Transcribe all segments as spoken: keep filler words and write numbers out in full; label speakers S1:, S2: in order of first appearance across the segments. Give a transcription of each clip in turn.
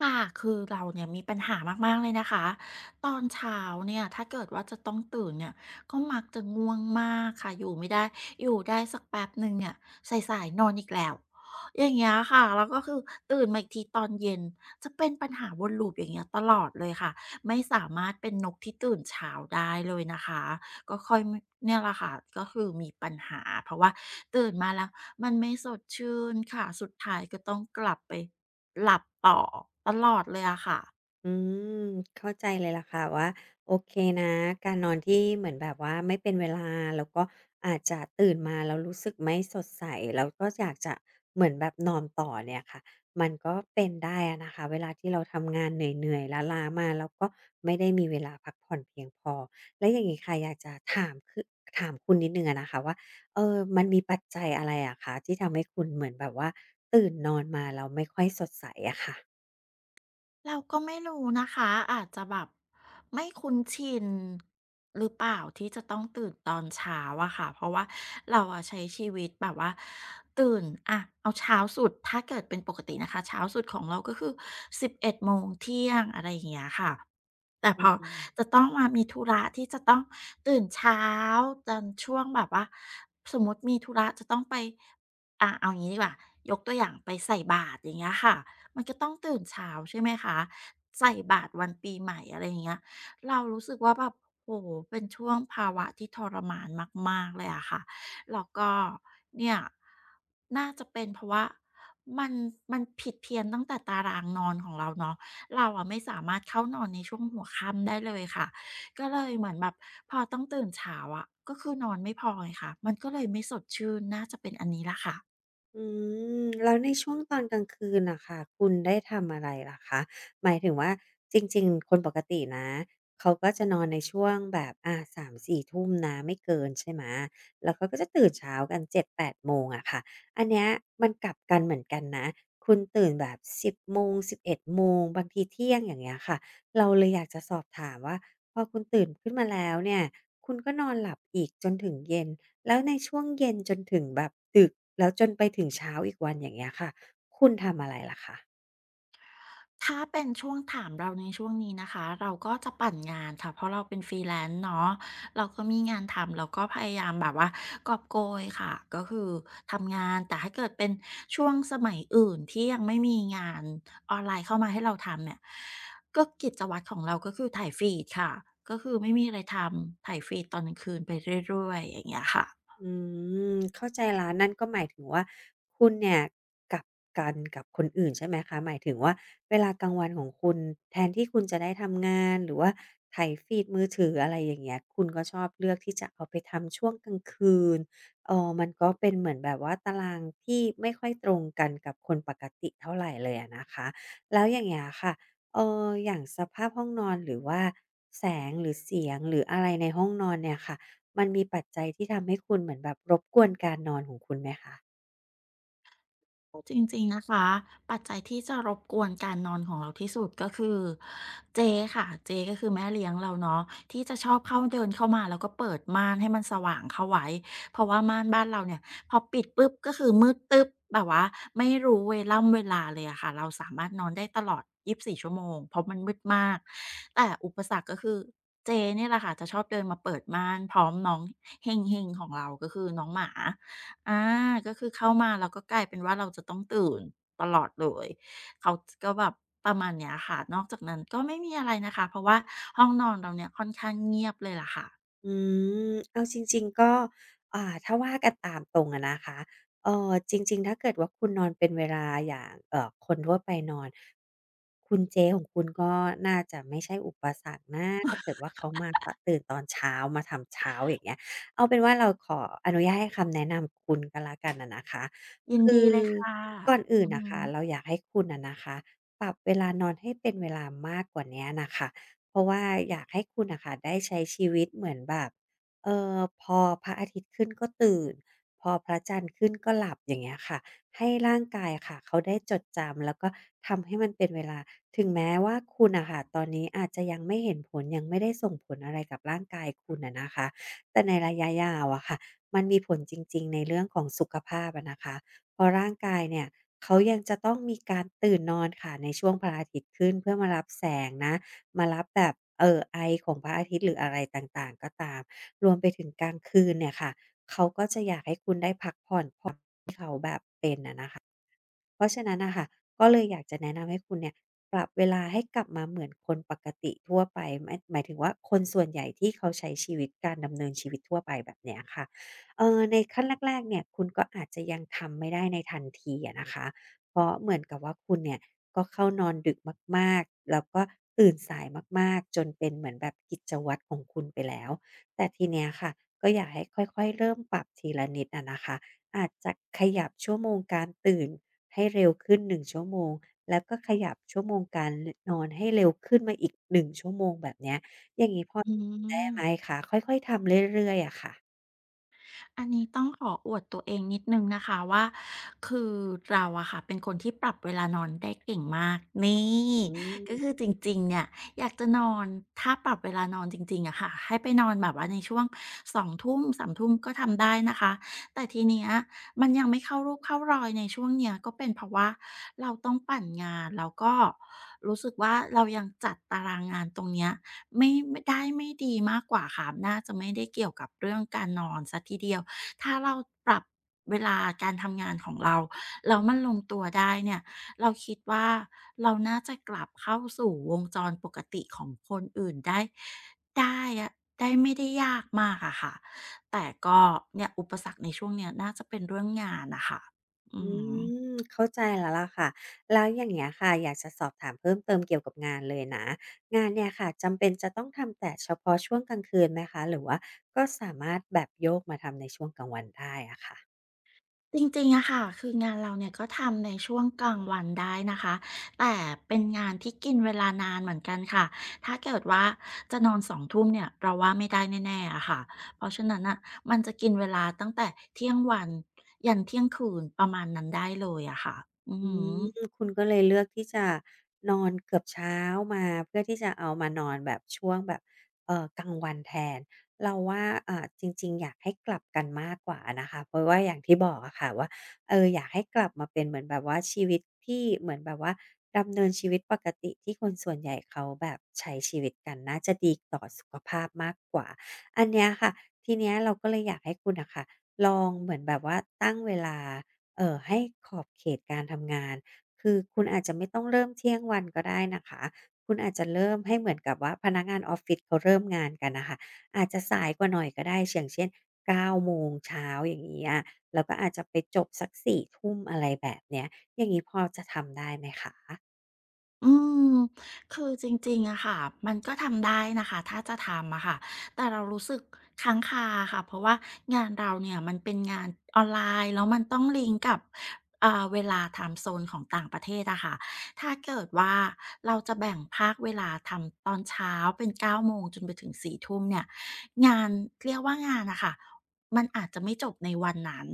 S1: ค่ะคือเราเนี่ยมีปัญหามากๆเลยนะคะตอนเช้าเนี่ยถ้าเกิดว่าจะต้องตื่นเนี่ยก็มักจะง่วงมากค่ะอยู่ไม่ได้อยู่ได้สักแป๊บหนึ่งเนี่ยสายๆนอนอีกแล้วอย่างเงี้ยค่ะแล้วก็คือตื่นมาอีกทีตอนเย็นจะเป็นปัญหาวนลูปอย่างเงี้ยตลอดเลยค่ะไม่สามารถเป็นนกที่ตื่นเช้าได้เลยนะคะก็ค่อยเนี่ยแหละค่ะก็คือมีปัญหาเพราะว่าตื่นมาแล้วมันไม่สดชื่นค่ะสุดท้ายก็ต้องกลับไป หลับต่อตลอดเลยอะค่ะ
S2: อืมเข้าใจเลยล่ะค่ะว่าโอเคนะการนอนที่เหมือนแบบว่าไม่เป็นเวลาแล้วก็อาจจะตื่นมาแล้วรู้สึกไม่สดใสแล้วก็อยากจะเหมือนแบบนอนต่อเนี่ยค่ะมันก็เป็นได้อะนะคะเวลาที่เราทำงานเหนื่อยๆล้าๆมาแล้วก็ไม่ได้มีเวลาพักผ่อนเพียงพอแล้วอย่างนี้ค่ะอยากจะถามคือถามคุณนิดหนึงอะนะคะว่าเออมันมีปัจจัยอะไรอะคะที่ทำให้คุณเหมือนแบบว่าตื่นนอนมาแล้วไม่ค่อยสดใสอะค่ะ
S1: เราก็ไม่รู้นะคะอาจจะแบบไม่คุ้นชินหรือเปล่าที่จะต้องตื่นตอนเช้าอะค่ะเพราะว่าเราอะใช้ชีวิตแบบว่าตื่นอะเอาเช้าสุดถ้าเกิดเป็นปกตินะคะเช้าสุดของเราก็คือสิบเอ็ดโมงเที่ยงอะไรอย่างเงี้ยค่ะแต่พอจะต้องมามีธุระที่จะต้องตื่นเช้าจนช่วงแบบว่าสมมติมีธุระจะต้องไปอ่ะเอาอย่างนี้ดีกว่ายกตัวอย่างไปใส่บาตรอย่างเงี้ยค่ะ มันก็ต้องตื่นเช้าใช่ไหมคะใส่บาตรวันปีใหม่อะไรอย่างเงี้ยเรารู้สึกว่าแบบโอ้โฮเป็นช่วงภาวะที่ทรมานมากๆเลยอะค่ะแล้วก็เนี่ยน่าจะเป็นเพราะว่ามันมันผิดเพี้ยนตั้งแต่ตารางนอนของเราเนาะเราอะไม่สามารถเข้านอนในช่วงหัวค่ำได้เลยค่ะก็เลยเหมือนแบบพอต้องตื่นเช้าอะก็คือนอนไม่พอไงคะมันก็เลยไม่สดชื่นน่าจะเป็นอันนี้ล่ะค่ะ
S2: อืมแล้วในช่วงตอนกลางคืนน่ะค่ะคุณได้ทำอะไรเหรอคะหมายถึงว่าจริงๆคนปกตินะเขาก็จะนอนในช่วงแบบอาสามถึงสี่ทุ่มนะไม่เกินใช่ไหมแล้วเขาก็จะตื่นเช้ากันเจ็ดถึงแปดโมงอะค่ะอันเนี้ยมันกลับกันเหมือนกันนะคุณตื่นแบบสิบโมงสิบเอ็ดโมงบางทีเที่ยงอย่างเงี้ยค่ะเราเลยอยากจะสอบถามว่าพอคุณตื่นขึ้นมาแล้วเนี่ยคุณก็นอนหลับอีกจนถึงเย็น แล้วในช่วงเย็นจนถึงแบบดึกแล้วจนไปถึงเช้าอีกวันอย่างเงี้ยค่ะคุณทำอะไรล่ะคะ
S1: ถ้าเป็นช่วงถามเราในช่วงนี้นะคะเราก็จะปั่นงานค่ะเพราะเราเป็น Freelance เนาะเราก็มีงานทำเราก็พยายามแบบว่ากอบโกยค่ะก็คือทำงานแต่ถ้าเกิดเป็นช่วงสมัยอื่นที่ยังไม่มีงานออนไลน์เข้ามาให้เราทำเนี่ยก็กิจวัตรของเราก็คือถ่ายฟีดค่ะก็คือไม่มีอะไรทำถ่ายฟีดตอนกลางคืนไปเรื่อยๆอย่างเงี้ยค่ะ
S2: อืมเข้าใจแล้วนั่นก็หมายถึงว่าคุณเนี่ยกลับกันกับคนอื่นใช่ไหมคะหมายถึงว่าเวลากลางวันของคุณแทนที่คุณจะได้ทำงานหรือว่าไถฟีดมือถืออะไรอย่างเงี้ยคุณก็ชอบเลือกที่จะเอาไปทำช่วงกลางคืนเอ่อมันก็เป็นเหมือนแบบว่าตารางที่ไม่ค่อยตรงกันกับคนปกติเท่าไรเลยอะนะคะแล้วอย่างเงี้ยค่ะเอ่ออย่างสภาพห้องนอนหรือว่าแสงหรือเสียงหรืออะไรในห้องนอนเนี่ยค่ะ มันมีปัจจัยที่ทำให้คุณเหมือนแบบรบกวนการนอนของคุณไหมคะ
S1: จริงๆนะคะปัจจัยที่จะรบกวนการนอนของเราที่สุดก็คือเจ๊ค่ะเจก็คือแม่เลี้ยงเราเนาะที่จะชอบเข้าเดินเข้ามาแล้วก็เปิดม่านให้มันสว่างเข้าไว้เพราะว่าม่านบ้านเราเนี่ยพอปิดปุ๊บก็คือมืดตึ๊บแบบว่าไม่รู้เวล่ำเวลาเลยอะค่ะเราสามารถนอนได้ตลอดยี่สิบสี่ชั่วโมงเพราะมันมืดมากแต่อุปสรรคก็คือเจเนี่ยแหละค่ะจะชอบเดินมาเปิดม่านพร้อมน้องเฮงเฮงของเราก็คือน้องหมา อาก็คือเข้ามาแล้วก็กลายเป็นว่าเราจะต้องตื่นตลอดเลยเขาก็แบบประมาณเนี้ยค่ะนอกจากนั้นก็ไม่มีอะไรนะคะเพราะว่าห้องนอนเราเนี่ยค่อนข้างเงียบเลยล่ะค่ะ
S2: อืมเอาจริงๆก็อ่าถ้าว่ากันตามตรงอะนะคะเอ่อจริงๆถ้าเกิดว่าคุณนอนเป็นเวลาอย่างเอ่อคนทั่วไปนอน คุณเจ๊ของคุณก็น่าจะไม่ใช่อุปสรรคนะถ้าเกิดว่าเขามาตตื่นตอนเช้ามาทำเช้าอย่างเงี้ยเอาเป็นว่าเราขออนุญาตให้คำแนะนำคุณก็แล้วกันอะนะคะ
S1: ยิน
S2: คื
S1: ดี
S2: อ
S1: เลยค่ะ
S2: ก่อน
S1: อื
S2: อื่น
S1: อ
S2: น่ะ
S1: ฮึ
S2: ค่ะเราอยากให้คุณอะนะคะปรับเวลานอนให้เป็นเวลามากกว่าเนี้ยน่ะค่ะเพราะว่าอยากให้คุณน่ะค่ะได้ใช้ชีวิตเหมือนแบบเอ่อพอพระอาทิตย์ขึ้นก็ตื่นพอพระจันทร์ขึ้นก็หลับอย่างเงี้ยค่ะให้ร่างกายค่ะเขาได้จดจำแล้วก็ทำให้มันเป็นเวลาถึงแม้ว่าคุณน่ะค่ะตอนนี้อาจจะยังไม่เห็นผลยังไม่ได้ส่งผลอะไรกับร่างกายคุณอะนะคะแต่ในระยะยาวอะค่ะมันมีผลจริงๆในเรื่องของสุขภาพอะนะคะ เพราะร่างกายเนี่ยเขายังจะต้องมีการตื่นนอนค่ะในช่วงพระอาทิตย์ขึ้นเพื่อมารับแสงนะมารับแบบเออไอของพระอาทิตย์หรืออะไรต่างๆก็ตามรวมไปถึงกลางคืนเนี่ยค่ะเขาก็จะอยากให้คุณได้พักผ่อน เพราะฉะนั้นน่ะค่ะก็เลยอยากจะแนะนำให้คุณเนี่ยปรับเวลาให้กลับมาเหมือนคนปกติทั่วไปหมายหมายถึงว่าคนส่วนใหญ่ที่เขาใช้ชีวิตการดำเนินชีวิตทั่วไปแบบเนี้ยค่ะเอ่อในขั้นแรกๆเนี่ยคุณก็อาจจะยังทำไม่ได้ในทันทีอะนะคะเพราะเหมือนกับว่าคุณเนี่ยก็เข้านอนดึกมากๆแล้วก็ตื่นสายมากๆจนเป็นเหมือนแบบกิจวัตรของคุณไปแล้วแต่ทีเนี้ยค่ะก็อยากให้ค่อยๆเริ่มปรับทีละนิดอะนะคะอาจจะขยับชั่วโมงการตื่น ให้เร็วขึ้นหนึ่งชั่วโมงแล้วก็ขยับชั่วโมงการลนอนให้เร็วขึ้นมาอีกหนึ่งชั่วโมงแบบเนี้ยอย่างงี้พอ
S1: อื
S2: ได้ไหม
S1: ม
S2: คะค่อยๆทำเรื่อยๆอะค่ะ
S1: อันนี้ต้องขออวดตัวเองนิดนึงนะคะว่าคือเราอะค่ะเป็นคนที่ปรับเวลานอนได้เก่งมากนี่
S2: อืม
S1: ก็คือจริงๆเนี่ยอยากจะนอนถ้าปรับเวลานอนจริงๆอะค่ะให้ไปนอนแบบว่าในช่วงสองสามทุ่มก็ทำได้นะคะ แต่ทีเนี้ยมันยังไม่เข้ารูปเข้ารอยในช่วงเนี้ยก็เป็นเพราะว่าเราต้องปั่นงานแล้วก็รู้สึกว่าเรายังจัดตารางงานตรงเนี้ยไม่ไม่ได้ไม่ดีมากกว่าค่ะน่าจะไม่ได้เกี่ยวกับเรื่องการนอนเสียทีเดียวถ้าเราปรับเวลาการทำงานของเราแล้วมันลงตัวได้เนี่ยเราคิดว่าเราน่าจะกลับเข้าสู่วงจรปกติของคนอื่นได้ได้อะได้ไม่ได้ยากมากอะค่ะ แต่ก็เนี่ยอุปสรรคในช่วงเนี้ยน่าจะเป็นเรื่องงานนะคะอื
S2: อื
S1: ม
S2: มเข้าใจแล้วล่ะค่ะแล้วอย่างเงี้ยค่ะอยากจะสอบถามเพิ่มเติมเกี่ยวกับงานเลยนะงานเนี่ยค่ะจำเป็นจะต้องทำแต่เฉพาะช่วงกลางคืนไหมคะหรือว่าก็สามารถแบบโยกมาทำในช่วงกลางวันได้อะค่ะ
S1: จริงๆอะค่ะคืองานเราเนี่ยก็ทำในช่วงกลางวันได้นะคะแต่เป็นงานที่กินเวลานานเหมือนกันค่ะถ้าเกิดว่าจะนอนสองทุ่มเนี่ยเราว่าไม่ได้แน่ๆอะค่ะเพราะฉะนั้นอะมันจะกินเวลาตั้งแต่เที่ยงวันยันเที่ยงคืนประมาณนั้นได้เลยอะค่ะอื
S2: อื
S1: ม
S2: มคุณก็เลยเลือกที่จะนอนเกือบเช้ามาเพื่อที่จะเอามานอนแบบช่วงแบบเอ่อกลางวันแทนเราว่าอ่าจริงๆอยากให้กลับกันมากกว่านะคะเพราะว่าอย่างที่บอกอะค่ะว่าเอออยากให้กลับมาเป็นเหมือนแบบว่าชีวิตที่เหมือนแบบว่าดำเนินชีวิตปกติที่คนส่วนใหญ่เขาแบบใช้ชีวิตกันน่าจะดีต่อสุขภาพมากกว่าอันเนี้ยค่ะทีเนี้ยเราก็เลยอยากให้คุณน่ะค่ะลองเหมือนแบบว่าตั้งเวลา เอ่อให้ขอบเขตการทำงานคือคุณอาจจะไม่ต้องเริ่มเที่ยงวันก็ได้นะคะคุณอาจจะเริ่มให้เหมือนกับว่าพนักงานออฟฟิศเขาเริ่มงานกันน่ะค่ะอาจจะสายกว่าหน่อยก็ได้อย่างเช่นเก้าโมงเช้าอย่างเงี้ยแล้วก็อาจจะไปจบสักสี่ทุ่มอะไรแบบเนี้ยอย่างงี้พอจะทำได้ไหมคะ
S1: อืมคือจริงๆอะค่ะมันก็ทำได้นะคะถ้าจะทำอะค่ะแต่เรารู้สึกค้างคาค่ะเพราะว่างานเราเนี่ยมันเป็นงานออนไลน์แล้วมันต้องลิงก์กับเอ่าเวลาไทม์โซนของต่างประเทศอะค่ะถ้าเกิดว่าเราจะแบ่งภาคเวลาทำตอนเช้าเป็นเก้าโมงจนไปถึงสี่ทุ่มเนี่ยงานเรียกว่างานอะค่ะ มันอาจจะไม่จบในวันนั้น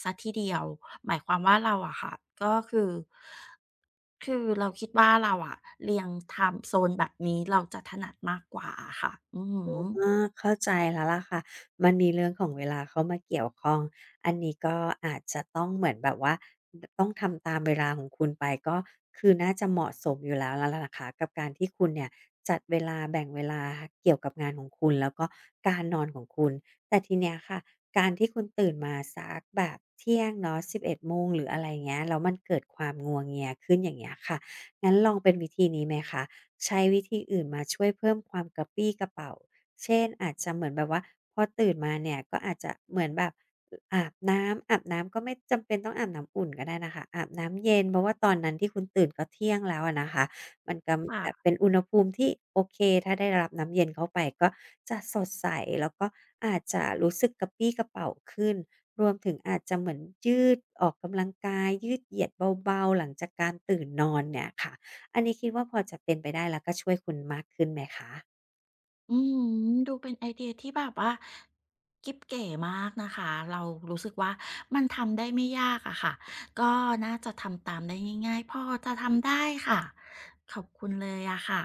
S1: เสียทีเดียวหมายความว่าเราอะค่ะก็คือ คือเราคิดว่าเราอะเรียงไทม์โซนแบบนี้เราจะถนัดมากกว่าอะค่ะอือฮึ
S2: อาเข้าใจแล้วล่ะค่ะมันมีเรื่องของเวลาเข้ามาเกี่ยวข้องอันนี้ก็อาจจะต้องเหมือนแบบว่าดต้องทำตามเวลาของคุณไปก็คือน่าจะเหมาะสมอยู่แล้วแล้วล่ะนะคะกับการที่คุณเนี่ยจัดเวลาแบ่งเวลาเกี่ยวกับงานของคุณแล้วก็การนอนของคุณ แต่ทีเนี้ยค่ะการที่คุณตื่นมาสักแบบเที่ยงเนาะสิบเอ็ดโมงหรืออะไรเงี้ยแล้วมันเกิดความงัวเงียขึ้นอย่างเงี้ยค่ะงั้นลองเป็นวิธีนี้ไหมคะใช้วิธีอื่นมาช่วยเพิ่มความกระปรี้กระเปร่า เช่นอาจจะเหมือนแบบว่าพอตื่นมาเนี่ยก็อาจจะเหมือนแบบอาบน้ำอาบน้ำก็ไม่จำเป็นต้องอาบน้ำอุ่นก็ได้นะคะอาบน้ำเย็นเพราะว่าตอนนั้นที่คุณตื่นก็เที่ยงแล้วอะนะคะมันก็แบบ
S1: ค่ะ
S2: เป็นอุณหภูมิที่โอเคถ้าได้รับน้ำเย็นเข้าไปก็จะสดใสแล้วก็อาจจะรู้สึกกระปรี้กระเปร่าขึ้นรวมถึงอาจจะเหมือนยืดออกกำลังกายยืดเหยียดเบาๆหลังจากการตื่นนอนเนี่ยค่ะอันนี้คิดว่าพอจะเป็นไปได้แล้วก็ช่วยคุณมากขึ้นไหมคะ
S1: อืมดูเป็นไอเดียที่แบบว่ากิ๊บเก๋มากนะคะเรารู้สึกว่ามันทำได้ไม่ยากอะค่ะ ก็น่าจะทำตามได้ง่ายๆพอจะทำได้ค่ะขอบคุณเลยอะค่ะ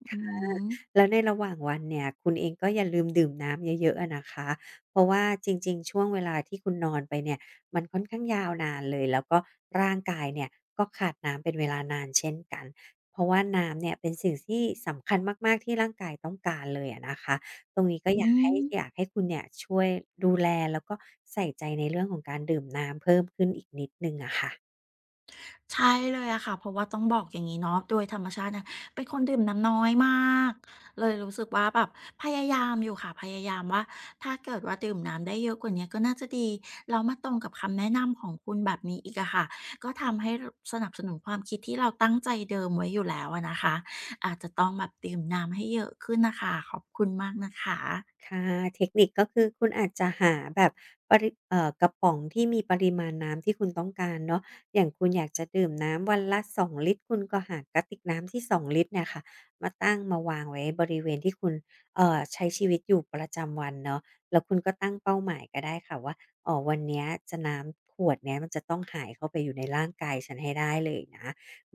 S1: อือฮึ
S2: แล้วในระหว่างวันเนี่ยคุณเองก็อย่าลืมดื่มน้ำเยอะๆอะนะคะเพราะว่าจริงๆช่วงเวลาที่คุณนอนไปเนี่ยมันค่อนข้างยาวนานเลยแล้วก็ร่างกายเนี่ยก็ขาดน้ำเป็นเวลานานเช่นกัน เพราะว่าน้ำเนี่ยเป็นสิ่งที่สำคัญมากๆที่ร่างกายต้องการเลยอะนะคะตรงนี้ก็
S1: อื
S2: อยากให้อยาก
S1: ม
S2: ให้คุณเนี่ยช่วยดูแลแล้วก็ใส่ใจในเรื่องของการดื่มน้ำเพิ่มขึ้นอีกนิดหนึ่งอะค่ะ
S1: ใช่เลยอะค่ะเพราะว่าต้องบอกอย่างนี้เนาะโดยธรรมชาติเนะเป็นคนดื่มน้ำน้อยมากเลยรู้สึกว่าแบบพยายามอยู่ค่ะพยายามว่าถ้าเกิดว่าดื่มน้ำได้เยอะกว่านี้ก็น่าจะดีแล้วมาตรงกับคำแนะนำของคุณแบบนี้อีกอะค่ะก็ทำให้รสนับสนุนความคิดที่เราตั้งใจเดิมไว้อยู่แล้วอะนะคะอาจจะต้องแบบดื่มน้ำให้เยอะขึ้นน่ะค่ะขอบคุณมากนะคะ
S2: ค่ะเทคนิคก็คือคุณอาจจะหาแบบปริเอ่อกระป๋องที่มีปริมาณน้ำที่คุณต้องการเนาะอย่างคุณอยากจะดื่มน้ำวันละสองลิตรคุณก็หากระติกน้ำที่สองลิตรเนี่ยค่ะมาตั้งมาวางไว้บริเวณที่คุณเอ่อใช้ชีวิตอยู่ประจำวันเนาะแล้วคุณก็ตั้งเป้าหมายก็ได้ค่ะว่าอ๋อวันเนี้ยจะน้ำขวดเนี้ยมันจะต้องหายเข้าไปอยู่ในร่างกายฉันให้ได้เลยนะ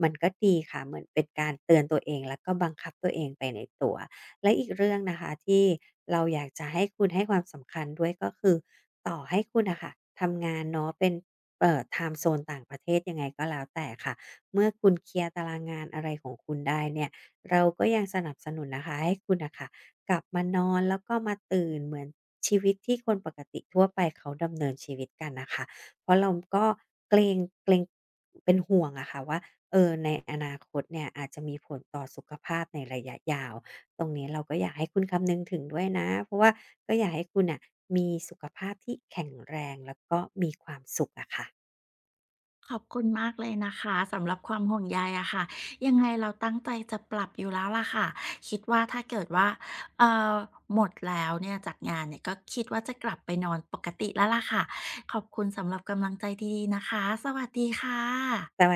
S2: มันก็ดีค่ะเหมือนเป็นการเตือนตัวเองแล้วก็บังคับตัวเองไปในตัว และอีกเรื่องนะคะที่เราอยากจะให้คุณให้ความสำคัญด้วยก็คือต่อให้คุณนะค่ะทำงานเนาะเป็นเอ่อไทม์โซนต่างประเทศยังไงก็แล้วแต่ค่ะเมื่อคุณเคลียร์ตารางงานอะไรของคุณได้เนี่ยเราก็ยังสนับสนุนนะคะให้คุณน่ะค่ะกลับมานอนแล้วก็มาตื่นเหมือนชีวิตที่คนปกติทั่วไปเขาดำเนินชีวิตกันน่ะค่ะเพราะเราก็เกรงเกรงเป็นห่วงอะค่ะว่าเออในอนาคตเนี่ยอาจจะมีผลต่อสุขภาพในระยะยาว ตรงนี้เราก็อยากให้คุณคำนึงถึงด้วยนะเพราะว่าก็อยากให้คุณอ่ะมีสุขภาพที่แข็งแรงแล้วก็มีความสุขอะค่ะ
S1: ขอบคุณมากเลยนะคะสำหรับความห่วงใยอะค่ะยังไงเราตั้งใจจะปรับอยู่แล้วล่ะค่ะคิดว่าถ้าเกิดว่าเอ่อหมดแล้วเนี่ยจากงานเนี่ยก็คิดว่าจะกลับไปนอนปกติแล้วล่ะค่ะขอบคุณสำหรับกำลังใจดีๆนะคะสวัสดีค่ะ